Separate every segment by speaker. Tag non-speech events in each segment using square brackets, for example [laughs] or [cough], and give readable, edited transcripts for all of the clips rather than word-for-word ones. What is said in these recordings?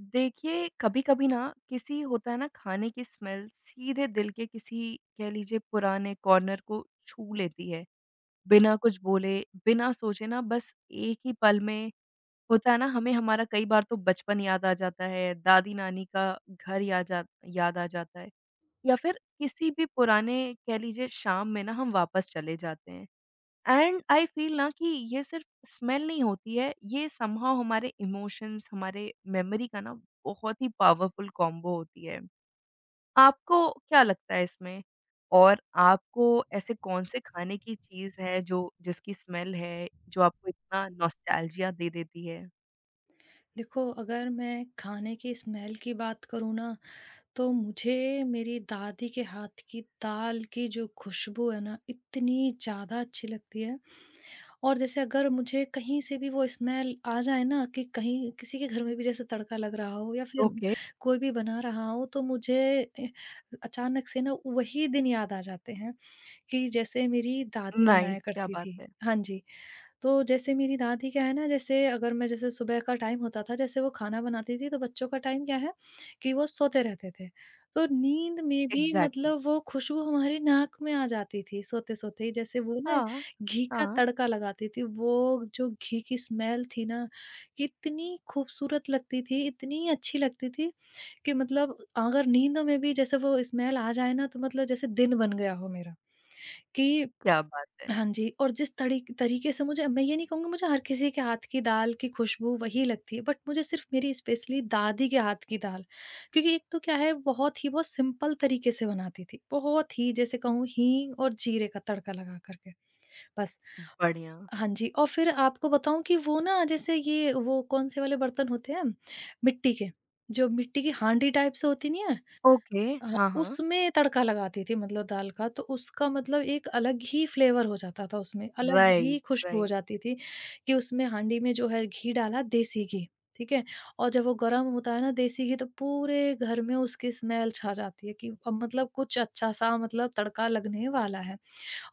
Speaker 1: देखिए, कभी-कभी ना किसी होता है ना खाने की स्मेल सीधे दिल के किसी कह लीजिए पुराने कॉर्नर को छू लेती है। बिना कुछ बोले, बिना सोचे ना बस एक ही पल में होता है ना हमें हमारा कई बार तो बचपन याद आ जाता है, दादी-नानी का घर या जा याद आ जाता है या फिर किसी भी पुराने कह लीजिए शाम में ना हम वापस चले जाते हैं। एंड आई फील ना कि ये सिर्फ स्मेल नहीं होती है, ये समहाउ हमारे इमोशंस, हमारे मेमोरी का ना बहुत ही पावरफुल कॉम्बो होती है। आपको क्या लगता है इसमें? और आपको ऐसे कौन-से खाने की चीज़ है जो जिसकी स्मेल है, जो आपको इतना नॉस्टैल्जिया दे देती है?
Speaker 2: देखो, अगर मैं खाने की स्मेल की बात करूँ ना, तो मुझे मेरी दादी के हाथ की दाल की जो खुशबू है ना, इतनी ज़्यादा अच्छी लगती है। और जैसे अगर मुझे कहीं से भी वो स्मेल आ जाए ना कि कहीं किसी के घर में भी जैसे तड़का लग रहा हो या फिर
Speaker 1: ओके।
Speaker 2: कोई भी बना रहा हो, तो मुझे अचानक से ना वही दिन याद आ जाते हैं कि जैसे मेरी दादी बनाया
Speaker 1: नाइस, क्या
Speaker 2: करती
Speaker 1: बात
Speaker 2: थी।
Speaker 1: है।
Speaker 2: हाँ जी। तो जैसे मेरी दादी क्या है ना, जैसे अगर मैं जैसे सुबह का टाइम होता था, जैसे वो खाना बनाती थी, तो बच्चों का टाइम क्या है कि वो सोते रहते थे। तो नींद में भी
Speaker 1: एग्ज़ैक्टली।
Speaker 2: मतलब वो खुशबू हमारी नाक में आ जाती थी सोते-सोते ही, जैसे वो ना
Speaker 1: हाँ,
Speaker 2: घी का
Speaker 1: हाँ,
Speaker 2: तड़का लगाती थी। वो जो घी की स्मेल थी ना, इतनी खूबसूरत लगती थी, इतनी अच्छी लगती थी कि मतलब अगर नींद में भी जैसे वो स्मेल आ जाए ना, तो मतलब जैसे दिन बन गया हो मेरा। कि
Speaker 1: क्या बात है।
Speaker 2: हाँ जी, और जिस तड़ी तरीके से मुझे, मैं ये नहीं कहूँगी मुझे हर किसी के हाथ की दाल की खुशबू वही लगती है, बट मुझे सिर्फ़ मेरी स्पेशली दादी के हाथ की दाल, क्योंकि एक तो क्या है, बहुत ही वो सिंपल तरीके से बनाती थी, बहुत ही, जैसे कहूँ हींग और जीरे का तड़का लगा कर के, बस।
Speaker 1: बढ़िया।
Speaker 2: हाँ जी, और फिर आपको बताऊँ कि वो ना, जैसे ये वो कौन से वाले बर्तन होते हैं, मिट्टी के, जो मिट्टी की हांडी टाइप से होती नहीं है?
Speaker 1: ओके।
Speaker 2: हाँ,
Speaker 1: हाँ, हाँ।
Speaker 2: उसमें तड़का लगाती थी मतलब दाल का, तो उसका मतलब एक अलग ही फ्लेवर हो जाता था उसमें, अलग ही
Speaker 1: राइट,
Speaker 2: खुशबू हो
Speaker 1: राइट।
Speaker 2: जाती थी कि उसमें हांडी में जो है घी डाला, देसी घी, ठीक है? और जब वो गरम होता है ना देसी घी, तो पूरे घर में उसकी स्मेल छा जाती है कि अब मतलब कुछ अच्छा-सा मतलब तड़का लगने वाला है।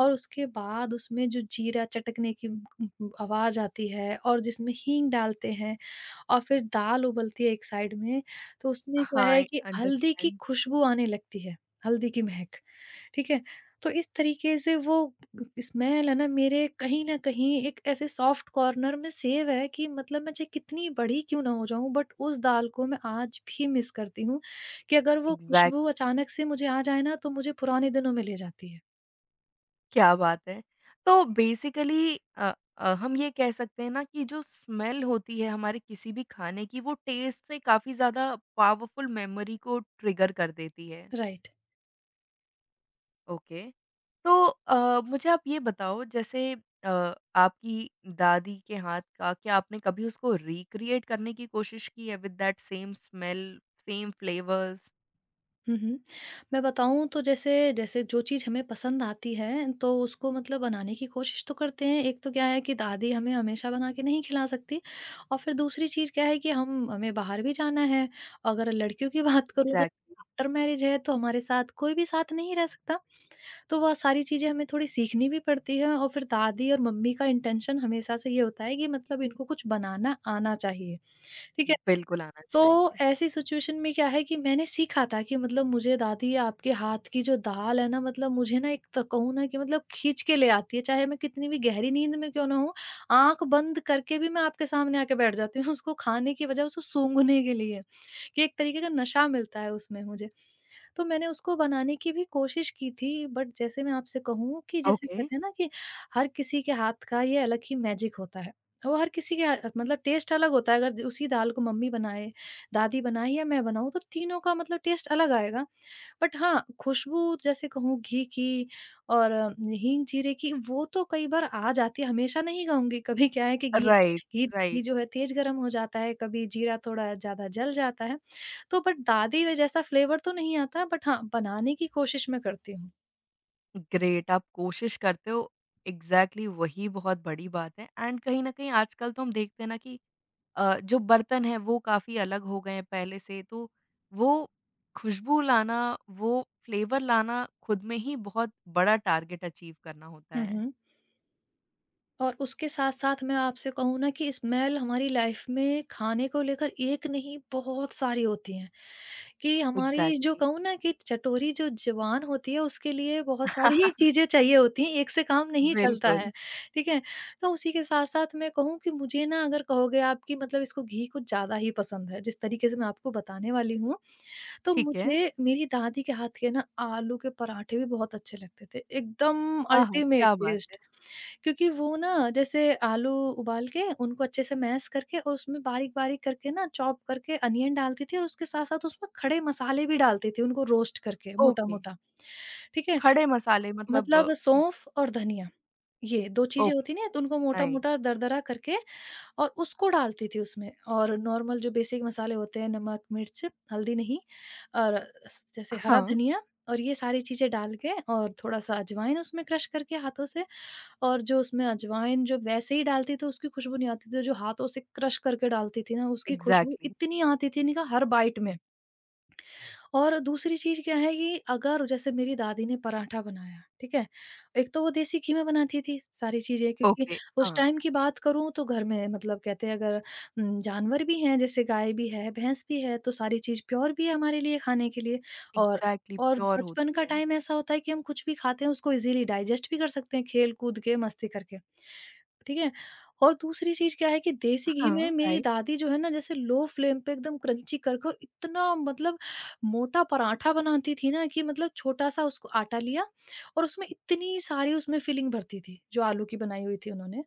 Speaker 2: और उसके बाद उसमें जो जीरा चटकने की आवाज़ आती है और जिसमें हींग डालते हैं और फिर दाल उबलती है एक साइड में, तो उसमें
Speaker 1: हाँ,
Speaker 2: क्या है
Speaker 1: आई
Speaker 2: कि हल्दी की
Speaker 1: अंडरस्टैंड।
Speaker 2: खुशबू आने लगती है, हल्दी की महक, ठीक है? तो इस तरीके से वो स्मेल है ना, मेरे कहीं न कहीं एक ऐसे सॉफ्ट कॉर्नर में सेव है कि मतलब मैं चाहे कितनी बड़ी क्यों ना हो जाऊँ, बट उस दाल को मैं आज भी मिस करती हूँ, कि अगर वो खुशबू
Speaker 1: एग्ज़ैक्ट,
Speaker 2: अचानक से मुझे आ जाए ना, तो मुझे पुराने दिनों में ले जाती है।
Speaker 1: क्या बात है! तो बेसिकली हम ये कह सकते हैं ना कि जो स्मेल होती है हमारे किसी भी खाने की वो टेस्ट से काफ़ी ज़्यादा पावरफुल मेमोरी को ट्रिगर कर देती है।
Speaker 2: राइट।
Speaker 1: ओके। तो मुझे आप ये बताओ जैसे आपकी दादी के हाथ का क्या आपने कभी उसको रिक्रिएट करने की कोशिश की है with that same smell, same flavours?
Speaker 2: Hmm, hmm. मैं बताऊँ तो जैसे जैसे जो चीज़ हमें पसंद आती है, तो उसको मतलब बनाने की कोशिश तो करते हैं। एक तो क्या है कि दादी हमें हमेशा बना के नहीं खिला सकती, और फिर दूसरी चीज़ क्या है कि हम हमें बाहर भी जाना है। अगर लड़कियों की [laughs] बात करूँ, तो
Speaker 1: एग्ज़ैक्टली।
Speaker 2: आफ्टर मैरिज है, तो हमारे साथ कोई भी साथ नहीं रह सकता। तो वह सारी चीज़ें हमें थोड़ी सीखनी भी पड़ती हैं, और फिर दादी और मम्मी का इंटेंशन हमेशा से ये होता है कि मतलब इनको कुछ बनाना आना चाहिए। ठीक है?
Speaker 1: बिल्कुल आना
Speaker 2: तो
Speaker 1: चाहिए।
Speaker 2: ऐसी सिचुएशन में क्या है कि मैंने सीखा था कि मतलब, मुझे दादी आपके हाथ की जो दाल है ना, मतलब मुझे ना, एक तो कहूँ ना कि मतलब खींच के ले आती है, चाहे मैं कितनी भी गहरी नींद में क्यों ना हूँ, आंख बंद करके भी मैं आपके सामने आके बैठ जाती हूँ उसको खाने की बजाय उसको सूंघने के लिए, कि एक तरीके का नशा मिलता है उसमें मुझे। तो मैंने उसको बनाने की भी कोशिश की थी, बट जैसे मैं आपसे कहूँ कि जैसे
Speaker 1: ओके।
Speaker 2: कहते हैं ना कि हर किसी के हाथ का ये अलग ही मैजिक होता है। वो हर किसी के ह मतलब टेस्ट अलग होता है, अगर उसी दाल को मम्मी बनाए, दादी बनाए या मैं बनाऊँ, तो तीनों का मतलब टेस्ट अलग आएगा। बट हाँ, खुशबू, जैसे कहूँ घी की और हींग, जीरे की, वो तो कई बार आ जाती है, हमेशा नहीं कहूँगी। कभी क्या है कि घी
Speaker 1: राइट,
Speaker 2: घी
Speaker 1: राइट।
Speaker 2: घी जो है तेज़ गरम हो जाता है, कभी जीरा थोड़ा ज़्यादा जल जाता है। तो बट दादी व जैसा फ्लेवर तो नहीं आता, बट हाँ, बनाने की कोशिश मैं करती हूँ।
Speaker 1: ग्रेट, आप कोशिश करते हो। एग्जैक्टली exactly वही बहुत बड़ी बात है। एंड कहीं ना कहीं आजकल तो हम देखते हैं ना कि जो बर्तन है वो काफी अलग हो गए हैं पहले से तो वो खुशबू लाना, वो फ्लेवर लाना खुद में ही बहुत बड़ा टारगेट अचीव करना होता
Speaker 2: हुँ,
Speaker 1: है।
Speaker 2: हुँ। और उसके साथ-साथ मैं आपसे कहूँ ना, कि स्मेल हमारी लाइफ में खाने को लेकर एक नहीं बहुत सारी होती हैं, कि हमारी
Speaker 1: एग्जैक्टली
Speaker 2: जो
Speaker 1: exactly.
Speaker 2: कहूँ ना कि चटोरी जो ज़ुबान होती है, उसके लिए बहुत सारी [laughs] चीज़ें चाहिए होती हैं, एक से काम नहीं चलता
Speaker 1: बिल्कुल।
Speaker 2: है, ठीक है? तो उसी के साथ-साथ मैं कहूँ कि मुझे ना, अगर कहोगे आप कि मतलब इसको घी कुछ ज़्यादा ही पसंद है, जिस तरीके से मैं आपको बताने वाली हूँ, तो
Speaker 1: ठीक है।
Speaker 2: मुझे मेरी दादी के हाथ के ना आलू के पराठे भी बहुत अच्छे लगते थे, एकदम
Speaker 1: हाँ, हाँ,
Speaker 2: अल्टीमेट
Speaker 1: क्या बात है।
Speaker 2: टेस्ट। क्योंकि वो ना, जैसे आलू उबाल के उनको अच्छे से मैश करके और उसमें बारीक-बारीक करके ना चॉप करके अनियन डालती थी, और उसके साथ-साथ उसमें खड़े मसाले भी डालती थी उनको रोस्ट करके
Speaker 1: ओके।
Speaker 2: मोटा-मोटा। ठीक है?
Speaker 1: खड़े मसाले मतलब?
Speaker 2: मतलब सौंफ और धनिया, ये 2 चीज़ें
Speaker 1: ओके।
Speaker 2: होती ना, तो उनको
Speaker 1: नाइस।
Speaker 2: मोटा-मोटा दरदरा करके और उसको डालती थी उसमें, और नॉर्मल जो बेसिक मसाले होते हैं, नमक, मिर्च, हल्दी नहीं, और स जैसे हरा
Speaker 1: हाँ।
Speaker 2: धनिया, और ये सारी चीज़ें डाल के और थोड़ा-सा अजवाइन उसमें क्रश करके हाथों से। और जो उसमें अजवाइन जो वैसे ही डालती तो उसकी खुशबू नहीं आती थी, और जो हाथों से क्रश करके डालती थी ना, उसकी खुशबू
Speaker 1: एग्जैक्टली।
Speaker 2: इतनी आती थी इनका हर बाइट में। और दूसरी चीज़ क्या है कि अगर जैसे मेरी दादी ने पराठा बनाया, ठीक है? एक तो वो देसी घी में बनाती थी सारी चीज़ें, क्योंकि
Speaker 1: ओके।
Speaker 2: उस
Speaker 1: हाँ।
Speaker 2: टाइम की बात करूँ, तो घर में मतलब कहते हैं, अगर जानवर भी हैं, जैसे गाय भी है, भैंस भी है, तो सारी चीज़ प्योर भी है हमारे लिए खाने के लिए। और
Speaker 1: एग्जैक्टली
Speaker 2: और
Speaker 1: प्योर
Speaker 2: बचपन
Speaker 1: होती
Speaker 2: का
Speaker 1: है।
Speaker 2: टाइम ऐसा होता है कि हम कुछ भी खाते हैं उसको इज़िली डाइजेस्ट भी कर सकते हैं खेल-कूद के, मस्ती करके। ठीक है? और दूसरी चीज़ क्या है कि देसी घी
Speaker 1: हाँ,
Speaker 2: में मेरी
Speaker 1: राइट।
Speaker 2: दादी जो है ना, जैसे लो फ्लेम पे एकदम क्रंची कर-कर इतना मतलब मोटा पराठा बनाती थी ना, कि मतलब छोटा-सा उसको आटा लिया और उसमें इतनी सारी उसमें फिलिंग भरती थी, जो आलू की बनाई हुई थी उन्होंने।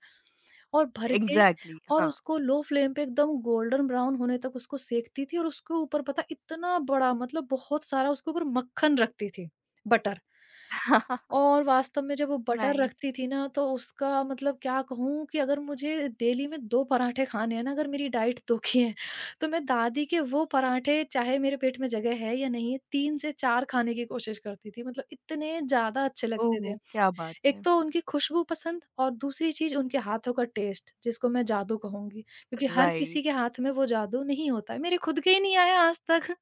Speaker 2: और भर के
Speaker 1: एग्ज़ैक्टली
Speaker 2: और
Speaker 1: हाँ।
Speaker 2: उसको लो फ्लेम पे एकदम गोल्डन ब्राउन होने तक उसको सेंकती थी, और उसके ऊपर पता, इतना बड़ा मतलब बहुत सारा उसके ऊपर मक्खन रखती थी, बटर।
Speaker 1: [laughs]
Speaker 2: और वास्तव में जब वो बटर रखती
Speaker 1: नाइस।
Speaker 2: थी ना, तो उसका मतलब क्या कहूँ, कि अगर मुझे डेली में 2 पराठे खाने हैं ना, अगर मेरी डाइट 2 की है, तो मैं दादी के वो पराठे, चाहे मेरे पेट में जगह है या नहीं है, 3 से 4 खाने की कोशिश करती थी। मतलब इतने ज़्यादा अच्छे लगते
Speaker 1: ओहो!
Speaker 2: थे।
Speaker 1: क्या बात है।
Speaker 2: एक तो उनकी खुशबू पसंद, और दूसरी चीज़ उनके हाथों का टेस्ट, जिसको मैं जादू कहूँगी, क्योंकि हर
Speaker 1: राइट।
Speaker 2: किसी के हाथ में वो जादू नहीं होता है। मेरे खुद के ही नहीं आया आज तक। [laughs]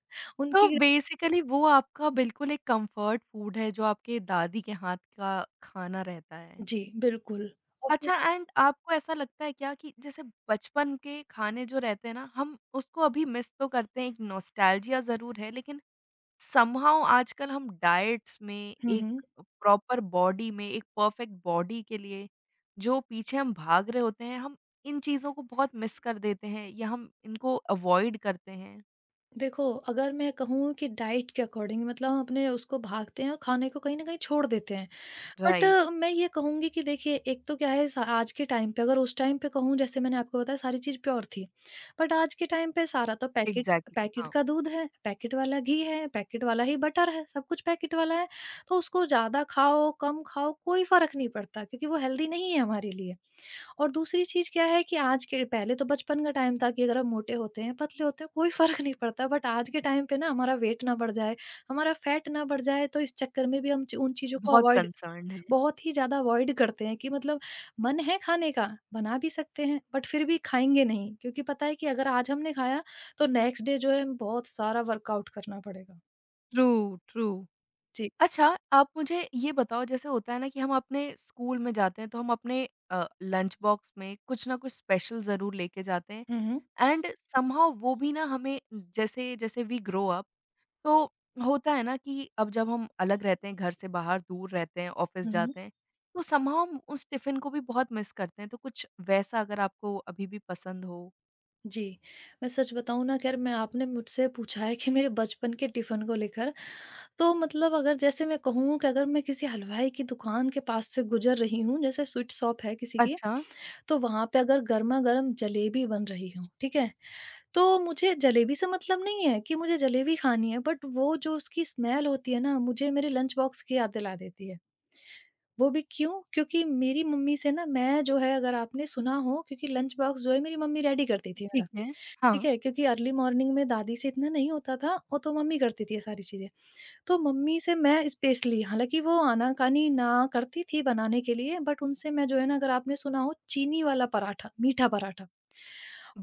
Speaker 1: तो
Speaker 2: उनकी
Speaker 1: बेसिकली वो आपका बिल्कुल एक कम्फर्ट फूड है जो आपके दादी के हाथ का खाना रहता है।
Speaker 2: जी, बिल्कुल। और फिर
Speaker 1: अच्छा, एंड आपको ऐसा लगता है क्या कि जैसे बचपन के खाने जो रहते हैं ना, हम उसको अभी मिस तो करते हैं, एक नॉस्टैल्जिया ज़रूर है, लेकिन समहाउ आजकल हम डाइट्स में
Speaker 2: हुँ,
Speaker 1: एक
Speaker 2: हुँ।
Speaker 1: प्रॉपर बॉडी में एक परफेक्ट बॉडी के लिए जो पीछे हम भाग रहे होते हैं हम इन चीज़ों को बहुत मिस कर देते हैं या हम इनको अवॉइड करते हैं।
Speaker 2: देखो, अगर मैं कहूँ कि डाइट के अकॉर्डिंग मतलब हम अपने उसको भागते हैं और खाने को कहीं न कहीं छोड़ देते हैं। बट
Speaker 1: राइट,
Speaker 2: मैं ये कहूँगी कि देखिए, एक तो क्या है, स आज के टाइम पे, अगर उस टाइम पे कहूँ, जैसे मैंने आपको बताया सारी चीज़ प्योर थी। बट आज के टाइम पे सारा तो पैकेट
Speaker 1: एग्ज़ैक्टली
Speaker 2: पैकेट
Speaker 1: हाँ,
Speaker 2: का दूध है, पैकेट वाला घी है, पैकेट वाला ही बटर है, सब कुछ पैकेट वाला है। तो उसको ज़्यादा खाओ, कम खाओ, कोई फ़र्क नहीं पड़ता, क्योंकि वो हेल्दी नहीं है हमारे लिए। और दूसरी चीज़ क्या है कि आज के पहले तो बचपन का टाइम था, कि अगर हम मोटे होते हैं, पतले होते हैं, कोई [laughs] फ़र्क नहीं पड़ता। बट आज के टाइम पे ना, हमारा वेट ना बढ़ जाए, हमारा फैट ना बढ़ जाए, तो इस चक्कर में भी हम च उन चीज़ों को
Speaker 1: बहुत
Speaker 2: अवॉइड,
Speaker 1: कंसर्न्ड हैं।
Speaker 2: बहुत ही ज़्यादा अवॉइड करते हैं कि मतलब मन है खाने का, बना भी सकते हैं, बट फिर भी खाएँगे नहीं। क्योंकि पता है कि अगर आज हमने खाया, तो नेक्स्ट डे जो है हमें बहुत सारा वर्कआउट करना पड़ेगा।
Speaker 1: True, true.
Speaker 2: जी।
Speaker 1: अच्छा, आप मुझे ये बताओ जैसे होता है ना कि हम अपने स्कूल में जाते हैं तो हम अपने लंच बॉक्स में कुछ ना कुछ स्पेशल ज़रूर लेके जाते हैं,
Speaker 2: हुँ, हुँ।
Speaker 1: एंड समहाउ वो भी ना हमें जैसे, जैसे वी ग्रो अप तो होता है ना कि अब जब हम अलग रहते हैं, घर से बाहर दूर रहते हैं, ऑफ़िस
Speaker 2: हुँ, हुँ।
Speaker 1: जाते हैं, तो समहाउ हम उस टिफ़िन को भी बहुत मिस करते हैं। तो कुछ वैसा अगर आपको अभी भी पसंद हो?
Speaker 2: जी। मैं सच बताऊँ ना, खैर मैं, आपने मुझसे पूछा है कि मेरे बचपन के टिफ़िन को लेकर, तो मतलब, अगर जैसे मैं कहूँ कि अगर मैं किसी हलवाई की दुकान के पास से गुज़र रही हूँ, जैसे स्वीट शॉप है किसी की,
Speaker 1: अच्छा,
Speaker 2: तो वहाँ पे अगर गरमा-गरम जलेबी बन रही हो, ठीक है? तो मुझे जलेबी से मतलब नहीं है कि मुझे जलेबी खानी है, बट वो जो उसकी स्मेल होती है ना, मुझे मेरे लंच बॉक्स की याद दिला देती है। वो भी क्यों? क्योंकि मेरी मम्मी से ना मैं जो है, अगर आपने सुना हो, क्योंकि लंच बॉक्स जो है मेरी मम्मी रेडी करती थी मेरा,
Speaker 1: ठीक है। हाँ।
Speaker 2: ठीक है? क्योंकि अर्ली मॉर्निंग में दादी से इतना नहीं होता था, वो तो मम्मी करती थी ये सारी चीज़ें। तो मम्मी से मैं स्पेस ली, हालाँकि वो आना-कानी ना करती थी बनाने के लिए, बट उनसे मैं जो है ना, अगर आपने सुना हो, चीनी वाला पराठा, मीठा पराठा,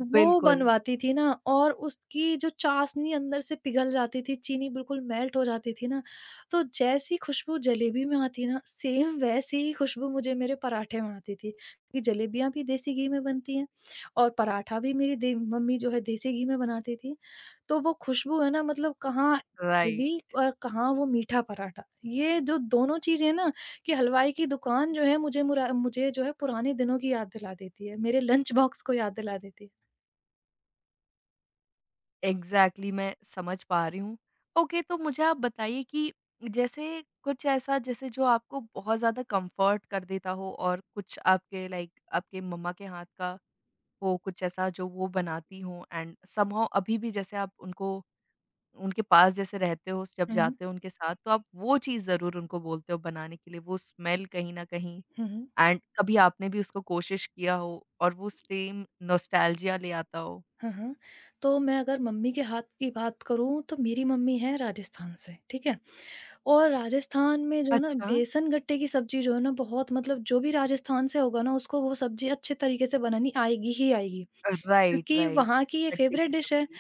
Speaker 2: वो
Speaker 1: बिल्कुल,
Speaker 2: बनवाती थी ना, और उसकी जो चाशनी अंदर से पिघल जाती थी, चीनी बिल्कुल मेल्ट हो जाती थी ना। तो जैसी खुशबू जलेबी में आती ना, सेम वैसी ही खुशबू मुझे मेरे पराठे में आती थी, क्योंकि जलेबियाँ भी देसी घी में बनती हैं और पराठा भी मेरी दे मम्मी जो है देसी घी में बनाती थी। तो वो खुशबू है ना, मतलब कहाँ
Speaker 1: राइट।
Speaker 2: हल्दी और कहाँ वो मीठा पराठा। ये जो दोनों चीज़ें ना, कि हलवाई की दुकान जो है, मुझे जो है पुराने दिनों की याद दिला देती है, मेरे लंच बॉक्स को याद दिला देती है।
Speaker 1: एग्ज़ैक्टली, मैं समझ पा रही हूँ। ओके, तो मुझे आप बताइए कि जैसे कुछ ऐसा जैसे जो आपको बहुत ज़्यादा कम्फ़र्ट कर देता हो और कुछ आपके लाइक आपके मम्मा के हाथ का हो, कुछ ऐसा जो वो बनाती हों, एंड समहाउ अभी भी जैसे आप उनको उनके पास जैसे रहते हो, जब
Speaker 2: हुँ।
Speaker 1: जाते हो उनके साथ, तो आप वो चीज़ ज़रूर उनको बोलते हो बनाने के लिए, वो स्मेल कहीं न कहीं,
Speaker 2: हुँ, हुँ।
Speaker 1: एंड कभी आपने भी उसको कोशिश किया हो और वो सेम नॉस्टैल्जिया ले आता हो।
Speaker 2: हाँ, हाँ। तो मैं अगर मम्मी के हाथ की बात करूँ, तो मेरी मम्मी है राजस्थान से, ठीक है? और राजस्थान में जो है ना,
Speaker 1: अच्छा।
Speaker 2: बेसन गट्टे की सब्ज़ी जो है ना, बहुत मतलब जो भी राजस्थान से होगा ना, उसको वो सब्ज़ी अच्छे तरीके से बनानी आएगी ही आएगी,
Speaker 1: राइट,
Speaker 2: क्योंकि
Speaker 1: राइट।
Speaker 2: वहाँ की ये
Speaker 1: गट्टे
Speaker 2: फ़ेवरेट
Speaker 1: की
Speaker 2: डिश है।
Speaker 1: सब्ज़ी।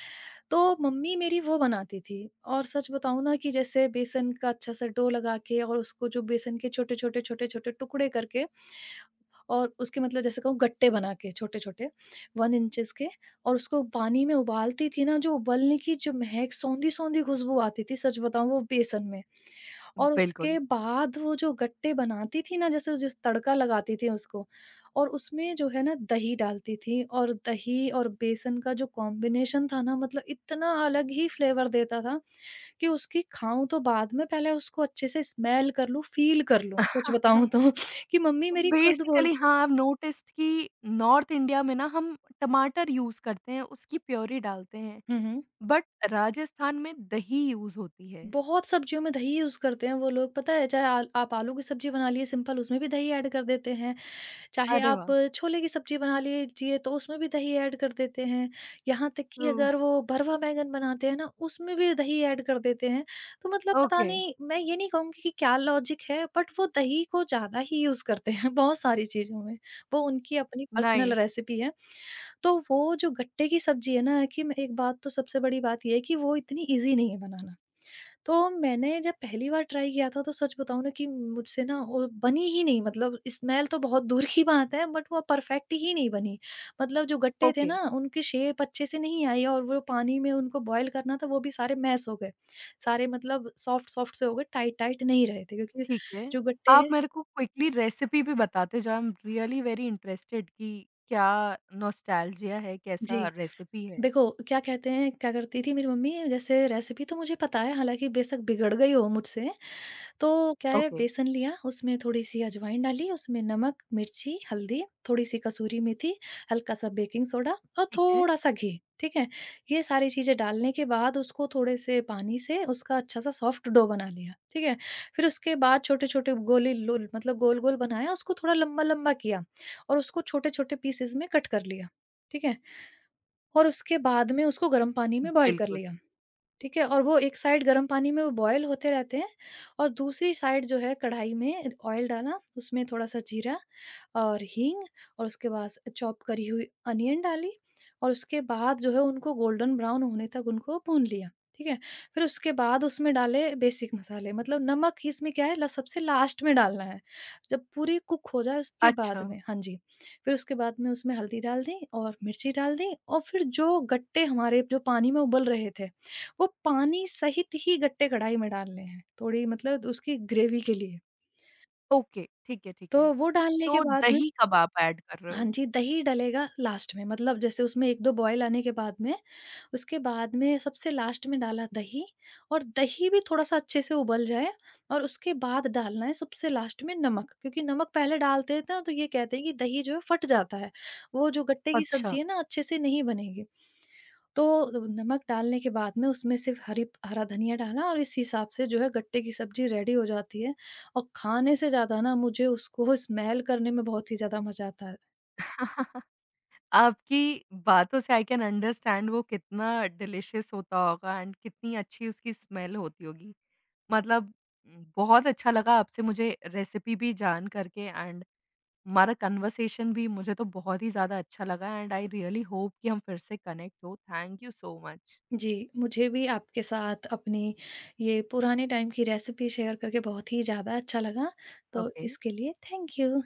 Speaker 2: तो मम्मी मेरी वो बनाती थी, और सच बताऊँ ना, कि जैसे बेसन का अच्छा सा डो लगा के, और उसको जो बेसन के छोटे-छोटे टुकड़े करके, और उसके मतलब जैसे कहूँ गट्टे बना के छोटे-छोटे, 1 इंचेस के, और उसको पानी में उबालती थी ना, जो उबलने की जो महक, सौंधी-सौंधी खुशबू आती थी, सच बताऊँ, वो बेसन में। और
Speaker 1: बिल्कुल।
Speaker 2: उसके बाद वो जो गट्टे बनाती थी ना, जैसे जिस तड़का लगाती थी उसको, और उसमें जो है ना दही डालती थी, और दही और बेसन का जो कॉम्बिनेशन था ना, मतलब इतना अलग ही फ्लेवर देता था, कि उसकी खाऊं, तो बाद में पहले उसको अच्छे से स्मेल कर लूं, फील कर लूं, सच बताऊं तो [laughs] कि मम्मी मेरी खुद बोल।
Speaker 1: बेसिकली हाँ, आई हैव नोटिस्ड कि नॉर्थ इंडिया में ना हम टमाटर यूज़ करते हैं, उसकी प्योरी डालते हैं,
Speaker 2: हम्म,
Speaker 1: बट राजस्थान में दही यूज़ होती है।
Speaker 2: बहुत सब्जियों में दही यूज करते हैं वो लोग, पता है, चाहे आप आलू की सब्जी बना लिए सिंपल, उसमें भी दही ऐड कर देते हैं, चाहे
Speaker 1: अरे
Speaker 2: आप
Speaker 1: वाह!
Speaker 2: छोले की सब्जी बना लीजिए, तो उसमें भी दही ऐड कर देते हैं। यहाँ तक कि
Speaker 1: ट्रू।
Speaker 2: अगर वो भरवा बैंगन बनाते हैं ना, उसमें भी दही ऐड कर देते हैं। तो मतलब पता
Speaker 1: ओके,
Speaker 2: नहीं, मैं ये नहीं कहूँगी कि क्या लॉजिक है, बट वो दही को ज़्यादा ही यूज़ करते हैं [laughs] बहुत सारी चीज़ों में। वो उनकी अपनी पर्सनल
Speaker 1: नाइस।
Speaker 2: रेसिपी है। तो वो जो गट्टे की सब्जी है ना, कि मैं एक बात, तो सबसे बड़ी बात ये है कि वो इतनी ईज़ी नहीं है बनाना। तो मैंने जब पहली बार ट्राई किया था, तो सच बताऊँ ना, कि मुझसे ना वो बनी ही नहीं, मतलब स्मेल तो बहुत दूर की बात है, बट वो परफेक्ट ही नहीं बनी। मतलब जो गट्टे थे
Speaker 1: ओके।
Speaker 2: ना, उनकी शेप अच्छे से नहीं आई, और वो पानी में उनको बॉयल करना था, वो भी सारे मैश हो गए। सारे मतलब सॉफ्ट-सॉफ्ट से हो गए, टाइट-टाइट नहीं रहे थे, क्योंकि
Speaker 1: ठीक है।
Speaker 2: जो गट्टे
Speaker 1: आप
Speaker 2: हैं।
Speaker 1: मेरे को क्विकली रेसिपी भी बताते जाओ, I am really very interested कि क्या नॉस्टैल्जिया है, कैसा
Speaker 2: जी,
Speaker 1: रेसिपी है?
Speaker 2: देखो क्या कहते हैं, क्या करती थी मेरी मम्मी, जैसे रेसिपी तो मुझे पता है, हालाँकि बेशक बिगड़ गई हो मुझसे। तो क्या है,
Speaker 1: ओके,
Speaker 2: बेसन लिया, उसमें थोड़ी-सी अजवाइन डाली, उसमें नमक, मिर्ची, हल्दी, थोड़ी-सी कसूरी मेथी, हल्का सा बेकिंग सोडा और
Speaker 1: ठीक है।
Speaker 2: थोड़ा-सा घी, ठीक है? ये सारी चीज़ें डालने के बाद उसको थोड़े से पानी से उसका अच्छा सा सॉफ्ट डो बना लिया, ठीक है? फिर उसके बाद छोटे-छोटे गोली लुल मतलब गोल-गोल बनाया, उसको थोड़ा लंबा-लंबा किया, और उसको छोटे-छोटे पीसेस में कट कर लिया, ठीक है? और उसके बाद में उसको गर्म पानी में बॉयल कर
Speaker 1: बिल्कुल।
Speaker 2: लिया। ठीक है? और वो एक साइड गर्म पानी में वो बॉयल होते रहते हैं, और दूसरी साइड जो है, कढ़ाई में ऑयल डाला, उसमें थोड़ा-सा जीरा और हींग, और उसके बाद चॉप करी हुई अनियन डाली, और उसके बाद जो है उनको गोल्डन ब्राउन होने तक उनको भून लिया, ठीक है? फिर उसके बाद उसमें डाले बेसिक मसाले, मतलब नमक ही, इसमें क्या है, ल सबसे लास्ट में डालना है। जब पूरी कुक हो जाए, उसके बाद
Speaker 1: अच्छा,
Speaker 2: में। हाँ जी। फिर उसके बाद में उसमें हल्दी डाल दी और मिर्ची डाल दी, और फिर जो गट्टे हमारे जो पानी में उबल रहे थे, वो पानी सहित ही गट्टे कढ़ाई में डालने हैं, थोड़ी मतलब उसकी ग्रेवी के लिए।
Speaker 1: ओके, ठीक है, ठीक
Speaker 2: तो
Speaker 1: है।
Speaker 2: वो डालने के
Speaker 1: तो
Speaker 2: बाद में,
Speaker 1: दही कब आप ऐड कर रहे
Speaker 2: हाँ
Speaker 1: हो?
Speaker 2: जी, दही डलेगा लास्ट में, मतलब जैसे उसमें 1-2 बॉयल आने के बाद में, उसके बाद में सबसे लास्ट में डाला दही, और दही भी थोड़ा-सा अच्छे से उबल जाए, और उसके बाद डालना है सबसे लास्ट में नमक, क्योंकि नमक पहले डालते हैं ना तो ये कहते हैं कि दही जो है फट जाता है, वो जो गट्टे की
Speaker 1: अच्छा।
Speaker 2: सब्ज़ी है ना अच्छे से नहीं बनेगी। तो नमक डालने के बाद में उसमें सिर्फ़ हरी हरा धनिया डाला, और इस हिसाब से जो है गट्टे की सब्ज़ी रेडी हो जाती है, और खाने से ज़्यादा ना, मुझे उसको स्मेल करने में बहुत ही ज़्यादा मज़ा आता है।
Speaker 1: [laughs] आपकी बातों से आई कैन अंडरस्टैंड वो कितना डिलिशियस होता होगा एंड कितनी अच्छी उसकी स्मेल होती होगी। मतलब बहुत अच्छा लगा आपसे मुझे रेसिपी भी जान करके, एंड हमारा कन्वर्सेशन भी मुझे तो बहुत ही ज़्यादा अच्छा लगा, एंड आई रियली होप कि हम फिर से कनेक्ट हो। Thank you so much.
Speaker 2: जी, मुझे भी आपके साथ अपनी ये पुराने टाइम की रेसिपी शेयर करके बहुत ही ज़्यादा अच्छा लगा। तो
Speaker 1: ओके।
Speaker 2: इसके लिए थैंक यू।